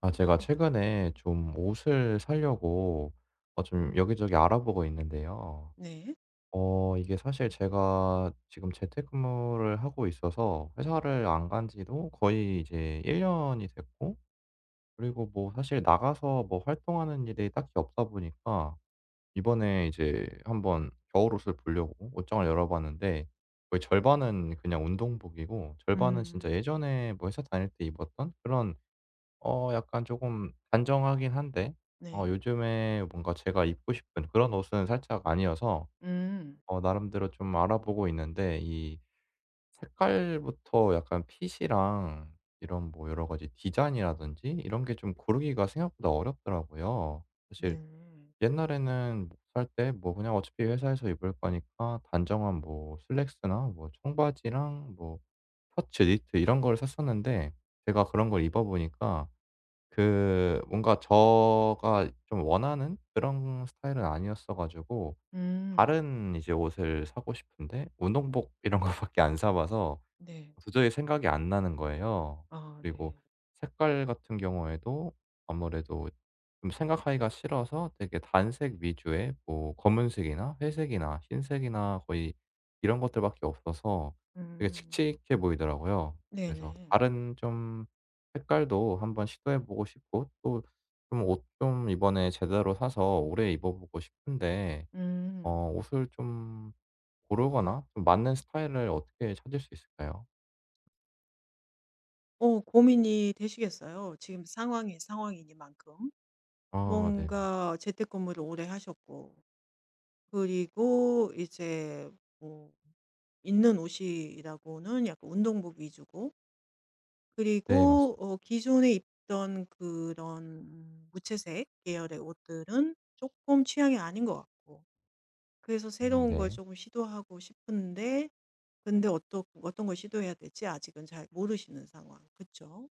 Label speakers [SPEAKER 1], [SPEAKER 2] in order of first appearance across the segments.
[SPEAKER 1] 아, 제가 최근에 좀 옷을 사려고 좀 여기저기 알아보고 있는데요.
[SPEAKER 2] 네.
[SPEAKER 1] 이게 사실 제가 지금 재택근무를 하고 있어서 회사를 안 간 지도 거의 이제 1년이 됐고, 그리고 뭐 사실 나가서 뭐 활동하는 일이 딱히 없다 보니까 이번에 이제 한번 겨울옷을 보려고 옷장을 열어봤는데, 거의 절반은 그냥 운동복이고 절반은 진짜
[SPEAKER 2] 음.
[SPEAKER 1] 예전에 뭐 회사 다닐 때 입었던 그런, 약간 조금 단정하긴 한데
[SPEAKER 2] 네.
[SPEAKER 1] 요즘에 뭔가 제가 입고 싶은 그런 옷은 살짝 아니어서
[SPEAKER 2] 음.
[SPEAKER 1] 나름대로 좀 알아보고 있는데, 이 색깔부터 약간 핏이랑 이런 뭐 여러 가지 디자인이라든지 이런 게 좀 고르기가 생각보다 어렵더라고요. 사실
[SPEAKER 2] 네.
[SPEAKER 1] 옛날에는 뭐살때 뭐 그냥 어차피 회사에서 입을 거니까 단정한 뭐 슬랙스나 뭐 청바지랑 뭐 셔츠, 니트 이런 걸 샀었는데, 제가 그런 걸 입어 보니까 그 뭔가 제가 좀 원하는 그런 스타일은 아니었어 가지고
[SPEAKER 2] 음.
[SPEAKER 1] 다른 이제 옷을 사고 싶은데, 운동복 이런 거밖에 안 사 봐서
[SPEAKER 2] 네.
[SPEAKER 1] 도저히 생각이 안 나는 거예요.
[SPEAKER 2] 아,
[SPEAKER 1] 그리고
[SPEAKER 2] 네.
[SPEAKER 1] 색깔 같은 경우에도 아무래도 좀 생각하기가 싫어서 되게 단색 위주의 뭐 검은색이나 회색이나 흰색이나 거의 이런 것들밖에 없어서 되게
[SPEAKER 2] 음.
[SPEAKER 1] 칙칙해 보이더라고요. 그래서
[SPEAKER 2] 네네.
[SPEAKER 1] 다른 좀 색깔도 한번 시도해 보고 싶고, 또 좀 옷 좀 이번에 제대로 사서 오래 입어보고 싶은데,
[SPEAKER 2] 음.
[SPEAKER 1] 옷을 좀 고르거나 좀 맞는 스타일을 어떻게 찾을 수 있을까요?
[SPEAKER 2] 고민이 되시겠어요. 지금 상황이 상황이니만큼.
[SPEAKER 1] 아, 네네.
[SPEAKER 2] 뭔가 재택근무를 오래 하셨고, 그리고 이제 뭐 입는 옷이라고는 약간 운동복 위주고,
[SPEAKER 1] 네,
[SPEAKER 2] 그리고
[SPEAKER 1] 맞습니다.
[SPEAKER 2] 기존에 입던 그런 무채색 계열의 옷들은 쪼끔 취향이 아닌 것 같고, 그래서
[SPEAKER 1] 음,
[SPEAKER 2] 새로운 걸
[SPEAKER 1] 네.
[SPEAKER 2] 조금 시도하고 싶은데, 근데 어떤 걸 시도해야 될지 아직은 잘 모르시는 상황. 그쵸?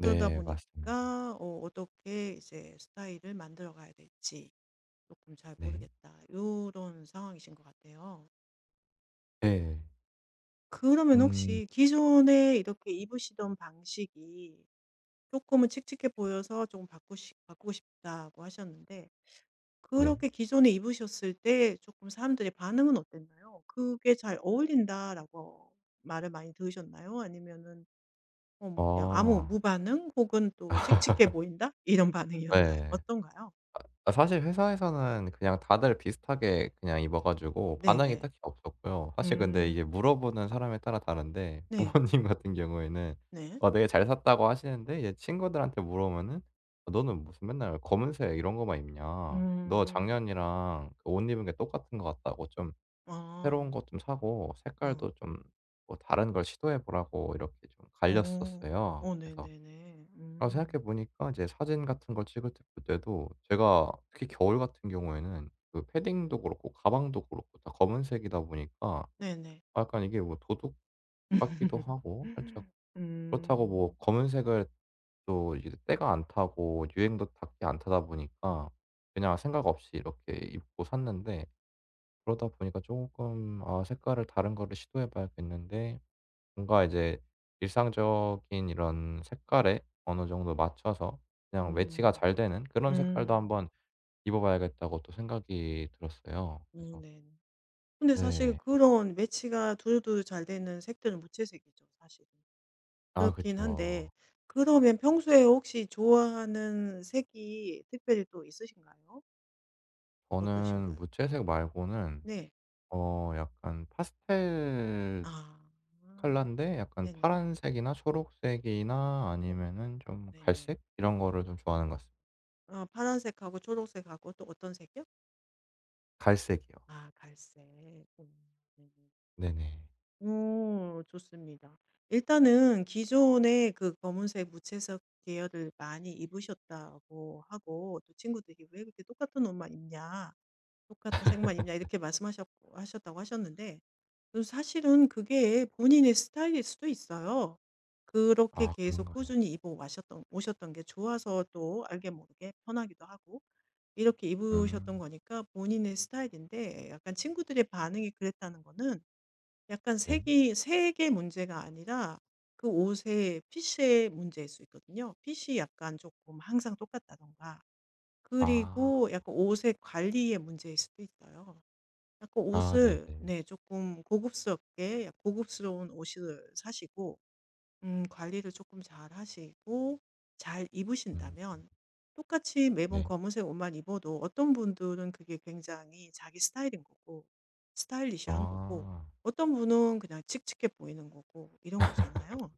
[SPEAKER 2] 그러다
[SPEAKER 1] 맞습니다.
[SPEAKER 2] 보니까 어 어떻게 이제 스타일을 만들어 가야 될지 조금 잘
[SPEAKER 1] 네.
[SPEAKER 2] 모르겠다. 이런 상황이신 것 같아요.
[SPEAKER 1] 네.
[SPEAKER 2] 그러면
[SPEAKER 1] 음,
[SPEAKER 2] 혹시 기존에 이렇게 입으시던 방식이 조금은 칙칙해 보여서 조금 바꾸시 바꾸고 싶다고 하셨는데,
[SPEAKER 1] 네.
[SPEAKER 2] 그렇게 기존에 입으셨을 때 조금 사람들의 반응은 어땠나요? "그게 잘 어울린다."라고 말을 많이 들으셨나요? 아니면은 뭐 그냥 아무
[SPEAKER 1] 어,
[SPEAKER 2] 무반응 혹은 또 "칙칙해 보인다." 이런 반응이었나요?
[SPEAKER 1] 예.
[SPEAKER 2] 어떤가요?
[SPEAKER 1] 아, 사실 회사에서는 그냥 다들 비슷하게 그냥 입어 가지고 반응이
[SPEAKER 2] 네네.
[SPEAKER 1] 딱히 없었고요. 사실 근데 이게
[SPEAKER 2] 음.
[SPEAKER 1] 물어보는 사람에 따라 다른데,
[SPEAKER 2] 네.
[SPEAKER 1] 부모님 같은 경우에는
[SPEAKER 2] 네.
[SPEAKER 1] 되게 잘 샀다고 하시는데, 이제 친구들한테 물어보면은 "아, "너는 무슨 맨날 검은색 이런 거만 입냐. 너
[SPEAKER 2] 음.
[SPEAKER 1] 작년이랑 그옷 입은 게 똑같은 것 같다."고, 좀 새로운
[SPEAKER 2] 아.
[SPEAKER 1] 것 좀 사고
[SPEAKER 2] 어.
[SPEAKER 1] 색깔도 좀 뭐 다른 걸 시도해 보라고, 이렇게 좀
[SPEAKER 2] 어.
[SPEAKER 1] 갈렸었어요.
[SPEAKER 2] 어
[SPEAKER 1] 그래서
[SPEAKER 2] 네네네.
[SPEAKER 1] 아,
[SPEAKER 2] 음.
[SPEAKER 1] 생각해 보니까 이제 사진 같은 걸 찍을 때 때도 제가, 특히 겨울 같은 경우에는 그 패딩도 그렇고 가방도 그렇고 다 검은색이다 보니까
[SPEAKER 2] 네네.
[SPEAKER 1] 아, 약간 이게 뭐 도둑 같기도 하고 살짝. 그렇다고 뭐,
[SPEAKER 2] 음.
[SPEAKER 1] 검은색을 또 이제 때가 안 타고 유행도 닿히안 타다 보니까 그냥 생각 없이 이렇게 입고 샀는데, 그러다 보니까 조금 아, 색깔을 다른 거를 시도해 봐야겠는데, 뭔가 이제 일상적인 이런 색깔에 어느 정도 맞춰서 그냥 매치가 잘 되는 그런 색깔도
[SPEAKER 2] 음.
[SPEAKER 1] 한번 입어 봐야겠다고 또 생각이 들었어요. 그래서.
[SPEAKER 2] 네. 근데 사실
[SPEAKER 1] 네.
[SPEAKER 2] 그런 매치가 두루두루 잘 되는 색들은 무채색이죠, 사실은.
[SPEAKER 1] 아,
[SPEAKER 2] 그렇긴 한데,
[SPEAKER 1] 그쵸.
[SPEAKER 2] 그러면 평소에 혹시 좋아하는 색이 특별히 또 있으신가요?
[SPEAKER 1] 저는
[SPEAKER 2] 어떠신가요? 어.
[SPEAKER 1] 무채색 말고는
[SPEAKER 2] 네.
[SPEAKER 1] 약간 파스텔
[SPEAKER 2] 아.
[SPEAKER 1] 컬러인데, 약간
[SPEAKER 2] 네네.
[SPEAKER 1] 파란색이나 초록색이나
[SPEAKER 2] 어
[SPEAKER 1] 아니면은 좀
[SPEAKER 2] 네네.
[SPEAKER 1] 갈색 이런 거를 좀 좋아하는 것 같습니다.
[SPEAKER 2] 아, 파란색하고 초록색하고 또 어떤 색이요?
[SPEAKER 1] 갈색이요.
[SPEAKER 2] 아, 갈색. 네네.
[SPEAKER 1] 네네.
[SPEAKER 2] 오, 좋습니다. 일단은 기존에 그 검은색 무채색 계열을 많이 입으셨다고 하고, 또 친구들이 "왜 그렇게 똑같은 옷만 입냐. 똑같은 색만 입냐." 이렇게 말씀하셨고 하셨다고 하셨는데, 그 사실은 그게 본인의 스타일일 수도 있어요. 그렇게
[SPEAKER 1] 아,
[SPEAKER 2] 계속
[SPEAKER 1] 그런가요?
[SPEAKER 2] 꾸준히 입어 와셨던 오셨던 게 좋아서 또 알게 모르게 편하기도 하고 이렇게 입으셨던
[SPEAKER 1] 음,
[SPEAKER 2] 거니까 본인의 스타일인데, 약간 친구들의 반응이 그랬다는 거는 약간
[SPEAKER 1] 네.
[SPEAKER 2] 색이 색의 문제가 아니라 그 옷의 핏의 문제일 수 있거든요. 핏이 약간 조금 항상 똑같다든가
[SPEAKER 1] 아.
[SPEAKER 2] 그리고 약간 옷의 관리의 문제일 수도 있어요. 약간
[SPEAKER 1] 아,
[SPEAKER 2] 옷을
[SPEAKER 1] 네네.
[SPEAKER 2] 네 조금 고급스럽게 고급스러운 옷을 사시고 관리를 조금 잘 하시고 잘
[SPEAKER 1] 음,
[SPEAKER 2] 입으신다면 똑같이 매번
[SPEAKER 1] 네.
[SPEAKER 2] 검은색 옷만 입어도 어떤 분들은 그게 굉장히 자기 스타일인 거고 스타일리시한 거고,
[SPEAKER 1] 아,
[SPEAKER 2] 어떤 분은 그냥 칙칙해 보이는 거고 이런 거잖아요.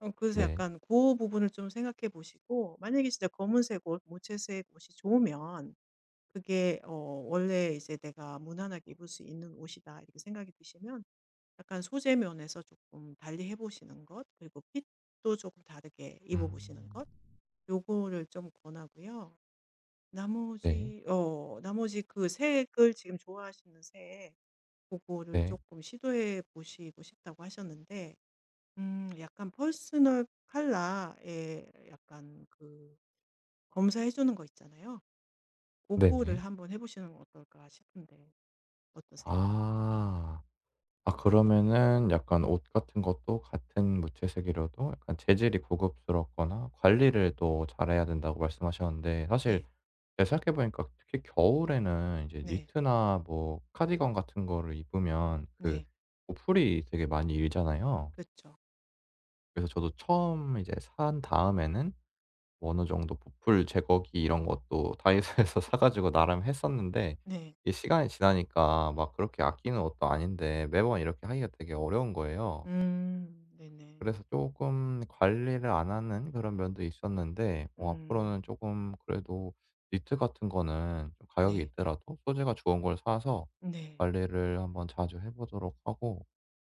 [SPEAKER 2] 어 그래서
[SPEAKER 1] 네.
[SPEAKER 2] 약간 그 부분을 좀 생각해 보시고, 만약에 진짜 검은색 옷, 무채색 옷이 좋으면 그게 어 원래 이제 '내가 무난하게 입을 수 있는 옷이다.' 이렇게 생각이 드시면 약간 소재 면에서 조금 달리 해 보시는 것, 그리고 핏도 조금 다르게 입어 보시는
[SPEAKER 1] 음,
[SPEAKER 2] 것, 요거를 좀 권하고요.
[SPEAKER 1] 네.
[SPEAKER 2] 나머지 그 색을 지금 좋아하시는 색, 그거를
[SPEAKER 1] 네.
[SPEAKER 2] 조금 시도해 보시고 싶다고 하셨는데, 약간 퍼스널 컬러에 약간 그 검사해 주는 거 있잖아요. 그거를
[SPEAKER 1] 네네.
[SPEAKER 2] 한번 해 보시는 건 어떨까 싶은데, 어떠세요?
[SPEAKER 1] 아. 아, 그러면은 약간 옷 같은 것도, 같은 무채색이라도 약간 재질이 고급스럽거나 관리를 또 잘해야 된다고 말씀하셨는데, 사실
[SPEAKER 2] 네.
[SPEAKER 1] 제가 생각해 보니까 특히 겨울에는 이제
[SPEAKER 2] 네.
[SPEAKER 1] 니트나 뭐 카디건 같은 거를 입으면 그
[SPEAKER 2] 네.
[SPEAKER 1] 보풀이 되게 많이 일잖아요.
[SPEAKER 2] 그렇죠.
[SPEAKER 1] 그래서 저도 처음 이제 산 다음에는 뭐 어느 정도 부풀 제거기 이런 것도 다이소에서 사 가지고 나름 했었는데,
[SPEAKER 2] 네.
[SPEAKER 1] 이 시간이 지나니까 막 그렇게 아끼는 옷도 아닌데 매번 이렇게 하기가 되게 어려운 거예요.
[SPEAKER 2] 음. 네네.
[SPEAKER 1] 그래서 조금 관리를 안 하는 그런 면도 있었는데, 앞으로는
[SPEAKER 2] 음.
[SPEAKER 1] 조금 그래도 니트 같은 거는 좀 가격이
[SPEAKER 2] 네.
[SPEAKER 1] 있더라도 소재가 좋은 걸 사서
[SPEAKER 2] 네.
[SPEAKER 1] 관리를 한번 자주 해 보도록 하고,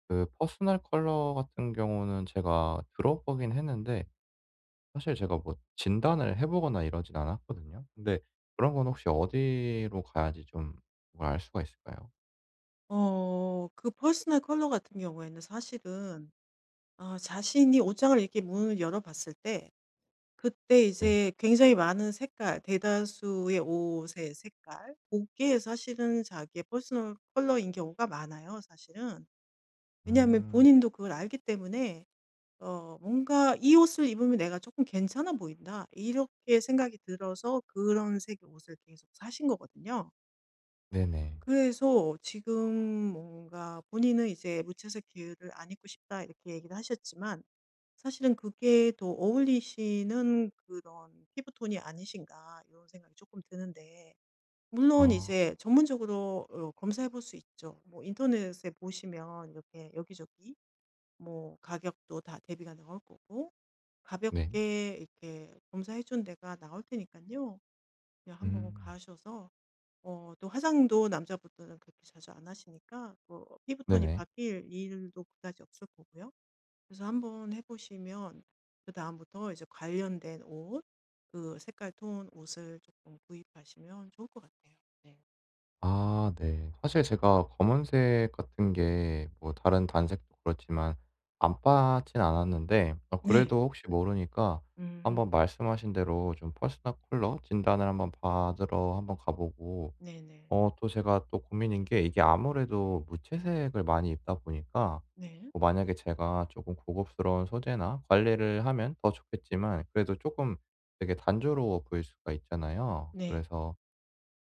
[SPEAKER 1] 그 퍼스널 컬러 같은 경우는 제가 들어 보긴 했는데 사실 제가 뭐 진단을 해 보거나 이러진 않았거든요. 근데 그런 건 혹시 어디로 가야지 좀 그걸 알 수가 있을까요?
[SPEAKER 2] 그 퍼스널 컬러 같은 경우에는 사실은 아 자신이 옷장을 이렇게 문을 열어 봤을 때 그때
[SPEAKER 1] 네.
[SPEAKER 2] 이제 굉장히 많은 색깔, 대다수의 옷의 색깔, 고게 사실은 자기의 퍼스널 컬러인 경우가 많아요, 사실은. 왜냐하면
[SPEAKER 1] 음.
[SPEAKER 2] 본인도 그걸 알기 때문에 뭔가 '이 옷을 입으면 내가 조금 괜찮아 보인다.' 이렇게 생각이 들어서 그런 색의 옷을 계속 사신 거거든요.
[SPEAKER 1] 네네.
[SPEAKER 2] 그래서 지금 뭔가 본인은 이제 무채색 계열을 안 입고 싶다 이렇게 얘기를 하셨지만 사실은 그게 더 어울리시는 그런 피부톤이 아니신가, 이런 생각이 조금 드는데, 물론
[SPEAKER 1] 아,
[SPEAKER 2] 이제 전문적으로 어, 검사해 볼 수 있죠. 뭐 인터넷에 보시면 이렇게 여기저기 뭐 가격도 다 대비가 나올 거고
[SPEAKER 1] 네.
[SPEAKER 2] 가볍게 이렇게 검사해 준 데가 나올 테니까요. 그냥 한번
[SPEAKER 1] 음.
[SPEAKER 2] 가셔서 어 또 화장도 남자분들은 그렇게 자주 안 하시니까 뭐 피부톤이
[SPEAKER 1] 네네.
[SPEAKER 2] 바뀔 일도 그다지 없을 거고요. 그래서 한번 해 보시면 그다음부터 이제 관련된 옷, 그 색깔 톤 옷을 조금 구입하시면 좋을 것 같아요. 네.
[SPEAKER 1] 아, 네. 사실 제가 검은색 같은 게 뭐 다른 단색도 그렇지만 안 빠진 않았는데,
[SPEAKER 2] 네.
[SPEAKER 1] 그래도 혹시 모르니까 한번
[SPEAKER 2] 음.
[SPEAKER 1] 말씀하신 대로 좀 퍼스널 컬러 진단을 한번 받으러 한번 가 보고,
[SPEAKER 2] 네네.
[SPEAKER 1] 또 제가 또 고민인 게, 이게 아무래도 무채색을 많이 입다 보니까
[SPEAKER 2] 네.
[SPEAKER 1] 뭐 만약에 제가 조금 고급스러운 소재나 관리를 하면 더 좋겠지만 그래도 조금 되게 단조로워 보일 수가 있잖아요.
[SPEAKER 2] 네.
[SPEAKER 1] 그래서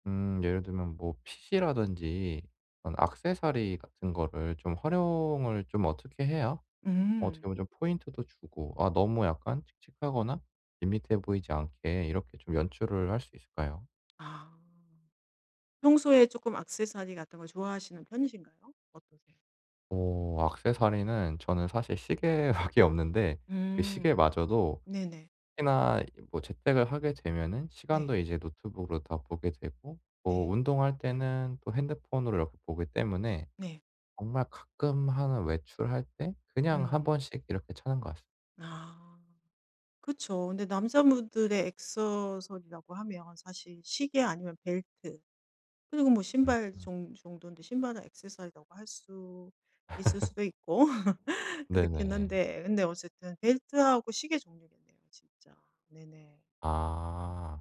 [SPEAKER 1] 예를 들면 뭐 핏이라든지 그런 액세서리 같은 거를 좀 활용을 좀 어떻게 해야, 어떻게
[SPEAKER 2] 음.
[SPEAKER 1] 보면 좀 포인트도 주고 아, 너무 약간 칙칙하거나 밋밋해 보이지 않게 이렇게 좀 연출을 할 수 있을까요?
[SPEAKER 2] 아. 평소에 조금 액세서리 같은 걸 좋아하시는 편이신가요? 어떠세요?
[SPEAKER 1] 액세서리는 저는 사실 시계밖에 없는데, 그
[SPEAKER 2] 음.
[SPEAKER 1] 시계마저도
[SPEAKER 2] 네네.
[SPEAKER 1] 특히나 뭐 재택을 하게 되면은 시간도
[SPEAKER 2] 네.
[SPEAKER 1] 이제 노트북으로 다 보게 되고 뭐
[SPEAKER 2] 네.
[SPEAKER 1] 운동할 때는 또 핸드폰으로 이렇게 보기 때문에,
[SPEAKER 2] 네.
[SPEAKER 1] 정말 가끔 하는 외출할 때 그냥 한
[SPEAKER 2] 음.
[SPEAKER 1] 번씩 이렇게 차는 것 같습니다.
[SPEAKER 2] 아. 그쵸. 근데 남자분들의 액세서리라고 하면 사실 시계 아니면 벨트, 그리고 뭐 신발
[SPEAKER 1] 음음.
[SPEAKER 2] 종 정도인데, 신발은 액세서리라고 할 수 있을 수도 있고 그렇긴
[SPEAKER 1] 네네.
[SPEAKER 2] 한데, 근데 어쨌든 벨트하고 시계 종류겠네요, 진짜. 네네.
[SPEAKER 1] 아.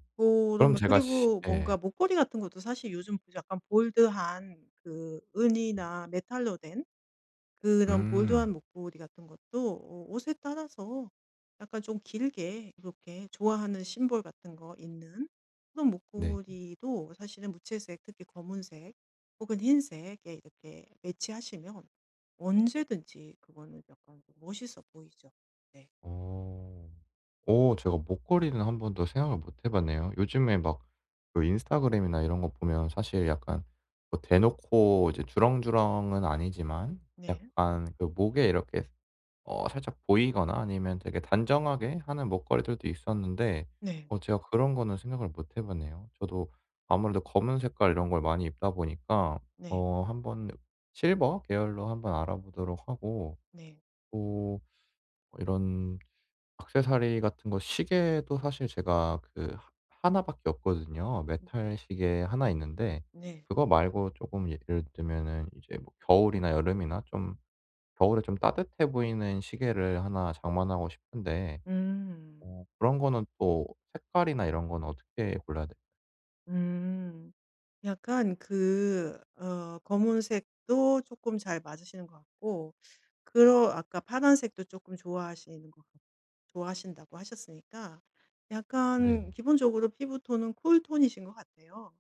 [SPEAKER 1] 그럼
[SPEAKER 2] 그러면
[SPEAKER 1] 제가 시
[SPEAKER 2] 그리고
[SPEAKER 1] 예.
[SPEAKER 2] 뭔가 목걸이 같은 것도 사실 요즘 그 약간 볼드한 그 은이나 메탈로 된 그런
[SPEAKER 1] 음.
[SPEAKER 2] 볼드한 목도리 같은 것도 어 옷에 따라서 약간 좀 길게 이렇게 좋아하는 심볼 같은 거 있는 그런
[SPEAKER 1] 네.
[SPEAKER 2] 목도리도 사실은 무채색, 특히 검은색 혹은 흰색에 이렇게 매치하시면 언제든지 그거는 약간 좀 멋있어 보이죠. 네.
[SPEAKER 1] 어. 오, 제가 목걸이는 한 번도 생각을 못 해 봤네요. 요즘에 막 그 인스타그램이나 이런 거 보면 사실 약간 뭐, 대놓고 이제 주렁주렁은 아니지만
[SPEAKER 2] 네.
[SPEAKER 1] 약간 그 목에 이렇게 살짝 보이거나 아니면 되게 단정하게 하는 목걸이들도 있었는데,
[SPEAKER 2] 네.
[SPEAKER 1] 제가 그런 거는 생각을 못 해 봤네요. 저도 아무래도 검은 색깔 이런 걸 많이 입다 보니까
[SPEAKER 2] 네.
[SPEAKER 1] 한번 실버 계열로 한번 알아보도록 하고,
[SPEAKER 2] 네.
[SPEAKER 1] 또 이런 액세서리 같은 거, 시계도 사실 제가 그하나 밖에 없거든요. 메탈 시계 하나 있는데,
[SPEAKER 2] 네.
[SPEAKER 1] 그거 말고 조금 예를 들면은 이제 뭐 겨울이나 여름이나 좀, 겨울에 좀 따뜻해 보이는 시계를 하나 장만하고 싶은데,
[SPEAKER 2] 음.
[SPEAKER 1] 그런 거는 또 색깔이나 이런 건 어떻게 골라야 돼.
[SPEAKER 2] 음. 약간 그 어 검은색도 조금 잘 맞으시는 것 같고 그러 아까 파란색도 조금 좋아하시는 것 좋아하신다고 하셨으니까
[SPEAKER 1] 네.
[SPEAKER 2] 약간 기본적으로 피부톤은 쿨 톤이신 것 같아요.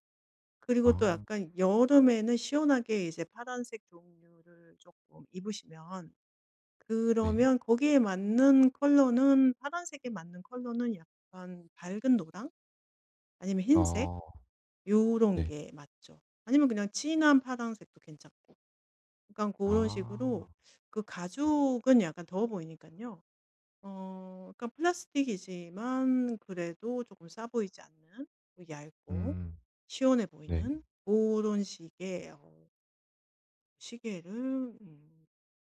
[SPEAKER 1] 아,
[SPEAKER 2] 그리고 또 약간 여름에는 시원하게 이제 파란색 종류를 조금 입으시면
[SPEAKER 1] 네.
[SPEAKER 2] 그러면 거기에 맞는 컬러는 파란색에 맞는 컬러는 약간 밝은 노랑 아니면 흰색,
[SPEAKER 1] 어,
[SPEAKER 2] 요런
[SPEAKER 1] 네.
[SPEAKER 2] 게 맞죠. 아니면 그냥 진한 파란색도 괜찮고. 약간 그런
[SPEAKER 1] 아.
[SPEAKER 2] 식으로 그 가죽은 약간 더워 보이니까요, 어 그러니까 플라스틱이지만 그래도 조금 싸 보이지 않는 또 얇고
[SPEAKER 1] 음.
[SPEAKER 2] 시원해
[SPEAKER 1] 네.
[SPEAKER 2] 보이는 그런 식의 어 시계를 음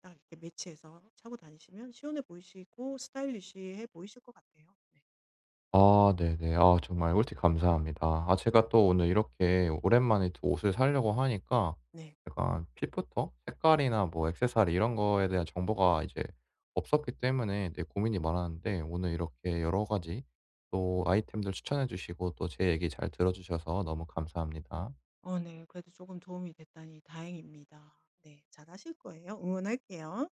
[SPEAKER 2] 딱 이렇게 매치해서 차고 다니시면 시원해 보이시고 스타일리시해 보이실 것 같아요. 네.
[SPEAKER 1] 아, 네네. 아, 정말 꿀팁 감사합니다. 아, 제가 또 오늘 이렇게 오랜만에 또 옷을 사려고 하니까
[SPEAKER 2] 네.
[SPEAKER 1] 약간 핏부터 색깔이나 뭐 액세서리 이런 거에 대한 정보가 이제 없었기 때문에 되게 고민이 많았는데, 오늘 이렇게 여러 가지 또 아이템들 추천해 주시고 또 제 얘기 잘 들어 주셔서 너무 감사합니다.
[SPEAKER 2] 어 네. 그래도 조금 도움이 됐다니 다행입니다. 네. 잘하실 거예요. 응원할게요.